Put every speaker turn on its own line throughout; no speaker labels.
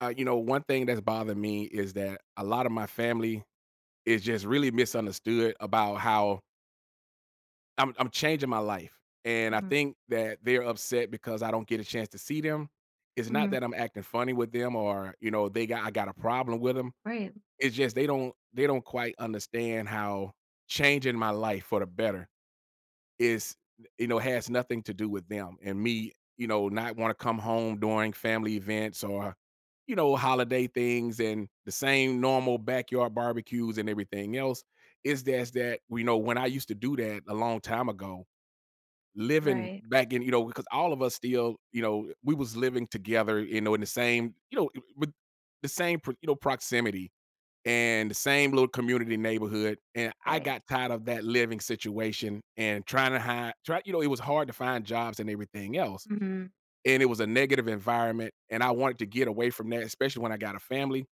One thing that's bothered me is that a lot of my family is just really misunderstood about how I'm changing my life. And I
Mhm,
think that they're upset because I don't get a chance to see them. It's not
mhm.
that I'm acting funny with them or, they got I got a problem with them.
Right,
It's just they don't quite understand how changing my life for the better is has nothing to do with them and me, not wanna come home during family events or, holiday things and the same normal backyard barbecues and everything else. Is just that, we know, when I used to do that a long time ago, living
right,
back in because all of us still, we was living together, in the same, with the same pro proximity and the same little community neighborhood, and I
right.
got tired of that living situation and trying to hide try it was hard to find jobs and everything else,
Mhm,
and it was a negative environment, and I wanted to get away from that, especially when I got a family,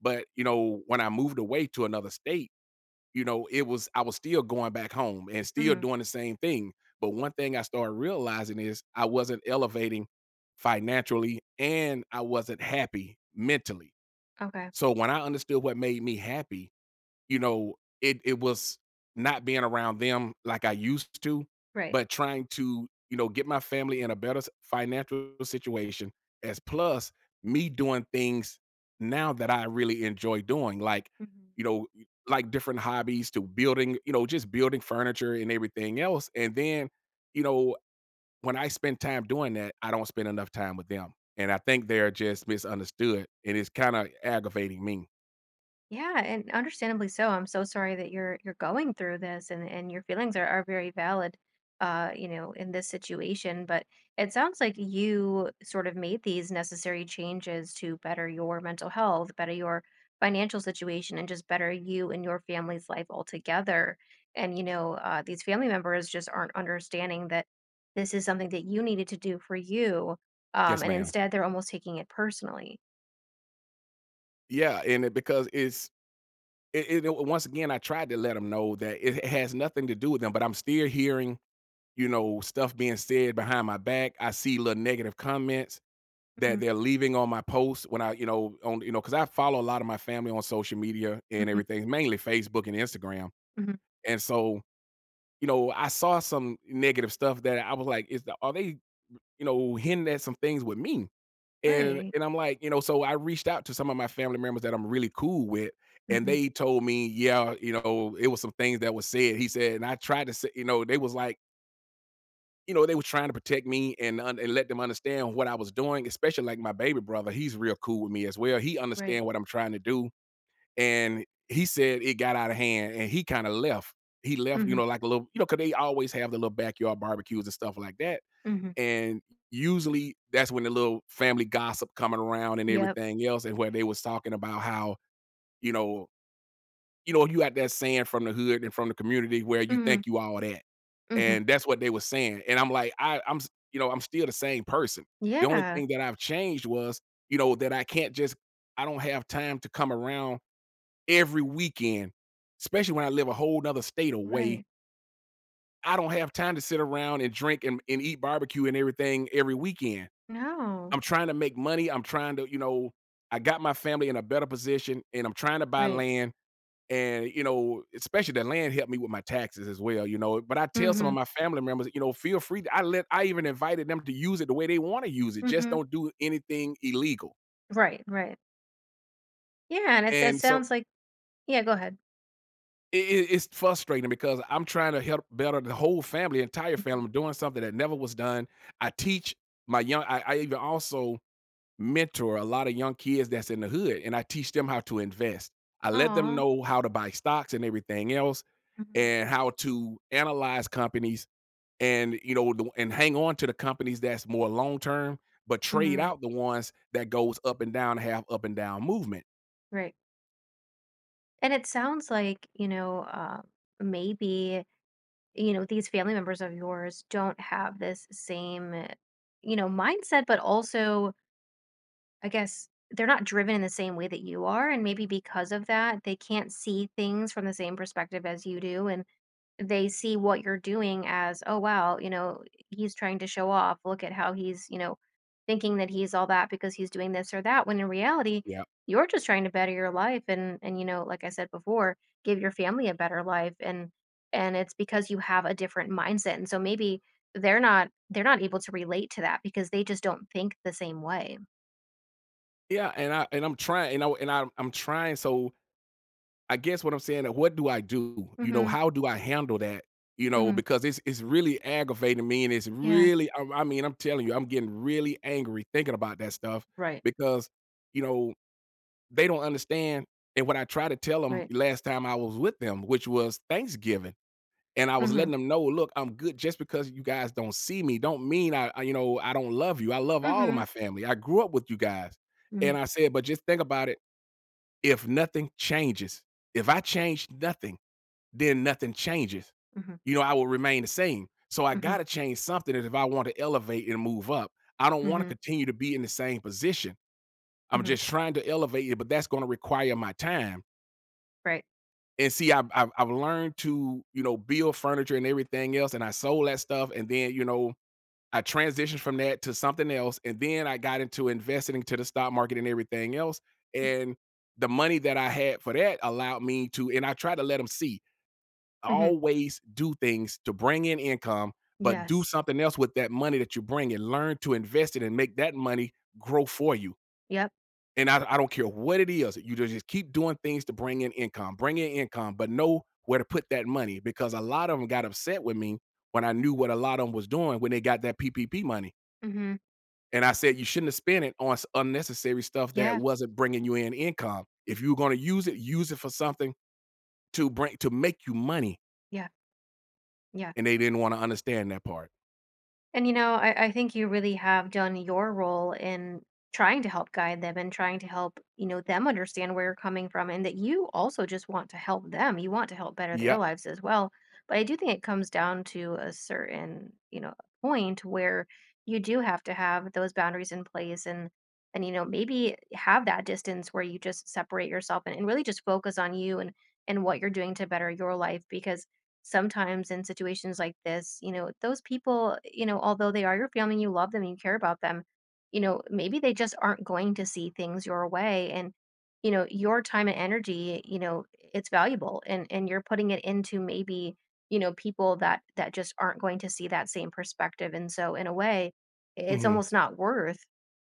but, when I moved away to another state, it was I was still going back home and still
mhm.
doing the same thing, but one thing I started realizing is I wasn't elevating financially, and I wasn't happy mentally,
Okay,
so when I understood what made me happy, you know, it was not being around them like I used to,
right.
but trying to, get my family in a better s financial situation as plus me doing things now that I really enjoy doing,
Mhm.
you know, like different hobbies to building, just building furniture and everything else, and then, you know, when I spend time doing that, I don't spend enough time with them, and I think they're just misunderstood, and it's kinda aggravating me.
Yeah, and understandably so. I'm so sorry that you're going through this, and your feelings are very valid in this situation, but it sounds like you sort of made these necessary changes to better your mental health, better your financial situation, and just better you and your family's life altogether. And these family members just aren't understanding that this is something that you needed to do for you. Um,
Yes,
and
ma'am.
instead they're almost taking it personally.
Yeah, and it because it's it, it once again I tried to let them know that it has nothing to do with them, but I'm still hearing, stuff being said behind my back. I see little negative comments
Hmm.
that they're leaving on my posts when I, on because I follow a lot of my family on social media and
Hmm.
everything, mainly Facebook and Instagram.
Hmm.
And so, I saw some negative stuff that I was like, is the, are they, hinting at some things with me?
Right.
And I'm like, so I reached out to some of my family members that I'm really cool with, and
Hmm.
they told me, yeah, it was some things that was said. He said, and I tried to say, they was like, they was trying to protect me and un- and let them understand what I was doing, especially like my baby brother. He's real cool with me as well. He
Right.
understand what I'm trying to do, and he said it got out of hand, and he kind of left. He left,
Mhm.
like a little, because they always have the little backyard barbecues and stuff like that
Mhm.
and usually that's when the little family gossip coming around and
Yep.
everything else, and where they was talking about how, you know you got that saying from the hood and from the community where you
Mhm.
think you all that,
Mhm.
and that's what they were saying, and I'm like, I I'm s I'm still the same person. The only
Yeah.
thing that I've changed was, that I can't just I don't have time to come around every weekend, especially when I live a whole 'nother state away.
Right.
I don't have time to sit around and drink and eat barbecue and everything every weekend.
No.
I'm trying to make money. I'm trying to, I got my family in a better position and I'm trying to buy
Right.
land. And, especially the land helped me with my taxes as well, you know. But I tell some of
Mhm.
my family members, feel free. To- I let, I even invited them to use it the way they want to use it. Just
Mhm.
don't do anything illegal.
Right. Right. Yeah. It
And so
sounds like, yeah, go ahead.
it- it's frustrating because I'm trying to help better the whole family, entire
Mhm.
family. I'm doing something that never was done. I teach my young, I even also mentor a lot of young kids that's in the hood and I teach them how to invest. I let them
Aw.
know how to buy stocks and everything else
Mhm.
and how to analyze companies and the, and hang on to the companies that's more long term but trade
Mm.
out the ones that goes up and down have up and down movement.
Right. And it sounds like, maybe, these family members of yours don't have this same, mindset, but also I guess they're not driven in the same way that you are. And maybe because of that, they can't see things from the same perspective as you do. And they see what you're doing as, oh, wow, he's trying to show off. Look at how he's, thinking that he's all that because he's doing this or that. When in reality,
Yeah.
you're just trying to better your life, and you know, like I said before, give your family a better life, and it's because you have a different mindset, and so maybe they're not able to relate to that because they just don't think the same way.
yeah and I and I'm trying and I, I'm trying so I guess what I'm saying, what do I do? You know,
Hmm.
how do I handle that? You know,
Mhm.
because it's really aggravating me, and it's
Yeah.
really, I mean, I'm telling you, I'm getting really angry thinking about that stuff
Right.
because you know they don't understand. And what I tried to tell them
Right.
last time I was with them, which was Thanksgiving, and I was
Mhm.
letting them know, look, I'm good. Just because you guys don't see me, don't mean I I don't love you. I love all of
Mhm.
my family. I grew up with you guys, and
Mhm.
I said, but just think about it. If nothing changes, if I change nothing then nothing changes.
Mhm.
You know, I will remain the same. So I
Mhm.
got to change something if I want to elevate and move up. I don't want to
Mhm.
continue to be in the same position. I'm
Mhm.
just trying to elevate it, but that's going to require my time.
Right.
And see, I've learned to build furniture and everything else, and I sold that stuff, and then I transitioned from that to something else, and then I got into investing into the stock market and everything else,
Mhm.
and the money that I had for that allowed me to, and I try to let them see
Mhm.
always do things to bring in income, but do
Yes.
something else with that money that you bring and learn to invest it and make that money grow for you.
Yep.
And I don't care what it is, you just keep doing things to bring in income, but know where to put that money because a lot of them got upset with me when I knew what a lot of them was doing when they got that PPP money.
Mhm.
And I said, you shouldn't have spent it on s- unnecessary stuff that
Yeah.
wasn't bringing you in income. If you were going to use it for something to bring to make you money.
Yeah. Yeah.
And they didn't want to understand that part.
And I think you really have done your role in trying to help guide them and trying to help, them understand where you're coming from, and that you also just want to help them. You want to help better their
Yep.
lives as well. But I do think it comes down to a certain, point where you do have to have those boundaries in place, and you know, maybe have that distance where you just separate yourself, and really just focus on you and what you're doing to better your life, because sometimes in situations like this, those people, although they are your family, you love them, you care about them, maybe they just aren't going to see things your way. And, your time and energy, it's valuable, and you're putting it into maybe, people that, just aren't going to see that same perspective. And so in a way, it's
Mhm.
almost not worth,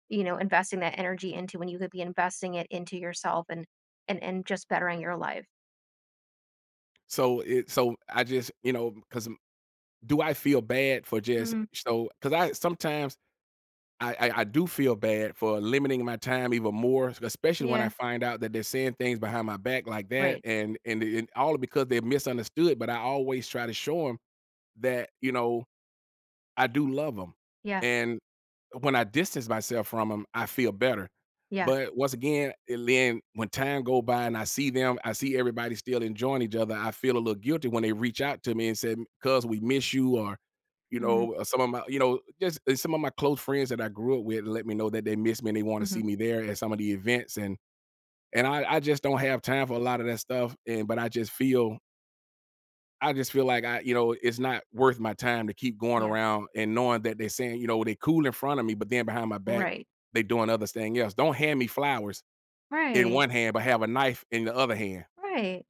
investing that energy into when you could be investing it into yourself, and just bettering your life.
So it so I just, you know. Cause do I feel bad for just
Hmm.
So cause I sometimes I do feel bad for limiting my time even more, especially when I
Yeah.
find out that they're saying things behind my back like that
Right.
and all because they're misunderstood, but I always try to show them that, I do love them,
Yeah.
And when I distance myself from them, I feel better,
Yeah.
but once again, and then when time go by and I see them, I see everybody still enjoying each other, I feel a little guilty when they reach out to me and say, "Cuz, we miss you," or,
Mhm,
some of my just some of my close friends that I grew up with let me know that they miss me and they wanna
mhm.
see me there at some of the events, and I just don't have time for a lot of that stuff, and but I just feel like I, it's not worth my time to keep going
Yeah.
around and knowing that they're saying, they cool in front of me, but then behind my back,
Right.
they doing other thing else. Don't hand me flowers in
Right.
one hand, but have a knife in the other hand.
Right.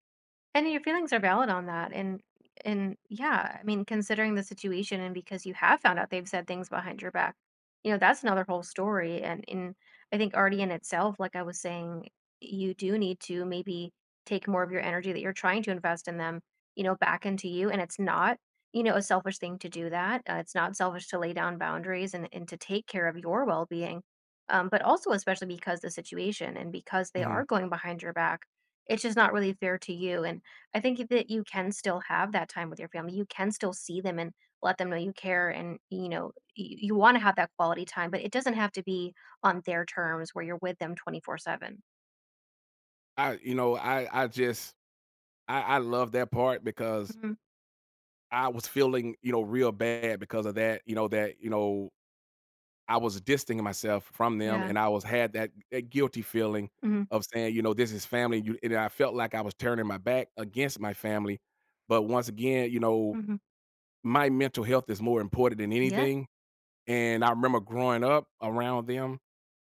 And your feelings are valid on that. And yeah, I mean, considering the situation and because you have found out they've said things behind your back, that's another whole story. And in I think already in itself, like I was saying, you do need to maybe take more of your energy that you're trying to invest in them, back into you. And it's not, a selfish thing to do that. It's not selfish to lay down boundaries, and to take care of your well being. But also, especially because the situation and because they
Mhm.
are going behind your back, it's just not really fair to you. And I think that you can still have that time with your family. You can still see them and let them know you care, and you want to have that quality time, but it doesn't have to be on their terms where you're with them 24/7.
I, I just, I love that part because
Mhm.
I was feeling, real bad because of that. You know that, I was distancing myself from them,
Yeah.
and I was had that guilty feeling
Mhm.
of saying, "This is family," you and I felt like I was turning my back against my family, but once again,
Mhm.
my mental health is more important than
Yeah.
anything, and I remember growing up around them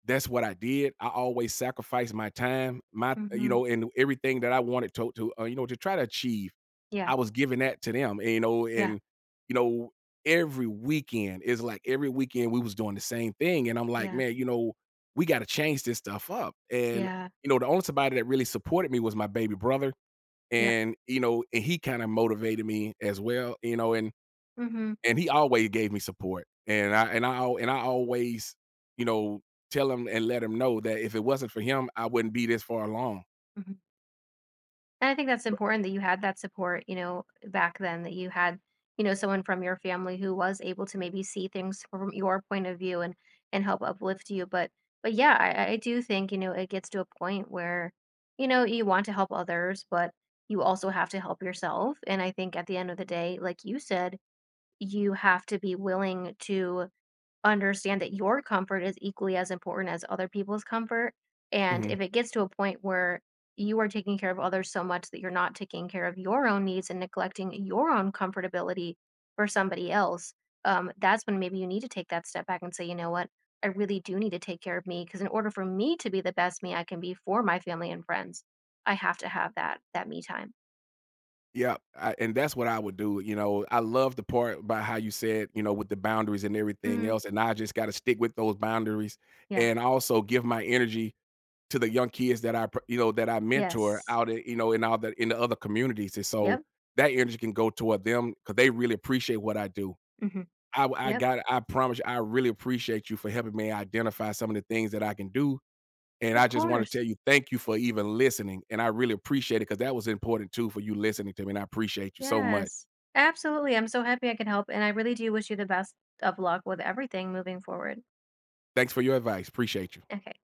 that's what I did. I always sacrificed my time, my
Mhm.
and everything that I wanted to to try to achieve.
Yeah.
I was giving that to them, and,
Yeah.
and you know, every weekend is like every weekend we was doing the same thing, and I'm like,
Yeah.
man, we got to change this stuff up. And
Yeah.
the only somebody that really supported me was my baby brother,
Yep.
and and he kind of motivated me as well,
Mhm.
and he always gave me support, and I always, you know, tell him and let him know that if it wasn't for him, I wouldn't be this far along.
Mhm. And I think that's important that you had that support, back then, that you had, someone from your family who was able to maybe see things from your point of view and help uplift you. But yeah, I do think, it gets to a point where, you want to help others, but you also have to help yourself. And I think at the end of the day, like you said, you have to be willing to understand that your comfort is equally as important as other people's comfort. And
Hmm.
if it gets to a point where you are taking care of others so much that you're not taking care of your own needs and neglecting your own comfortability for somebody else, that's when maybe you need to take that step back and say, you know what, I really do need to take care of me, because in order for me to be the best me I can be for my family and friends, I have to have that me time.
Yeah, I, and that's what I would do. You know, I love the part about how you said, with the boundaries and everything
Hmm.
else, and I just got to stick with those boundaries,
Yeah.
and also give my energy to the young kids that I, pr- that I mentor
Yes.
out, in, in all the other communities, and so
Yep.
that energy can go toward them because they really appreciate what I do.
Hmm.
I I
Yep.
got I promise you, I really appreciate you for helping me identify some of the things that I can do, and
Of
I just wanna
course.
tell you thank you for even listening, and I really appreciate it because that was important too for you listening to me, and I appreciate you so much.
Yes. Absolutely. I'm so happy I could help, and I really do wish you the best of luck with everything moving forward.
Thanks for your advice, appreciate you.
Okay.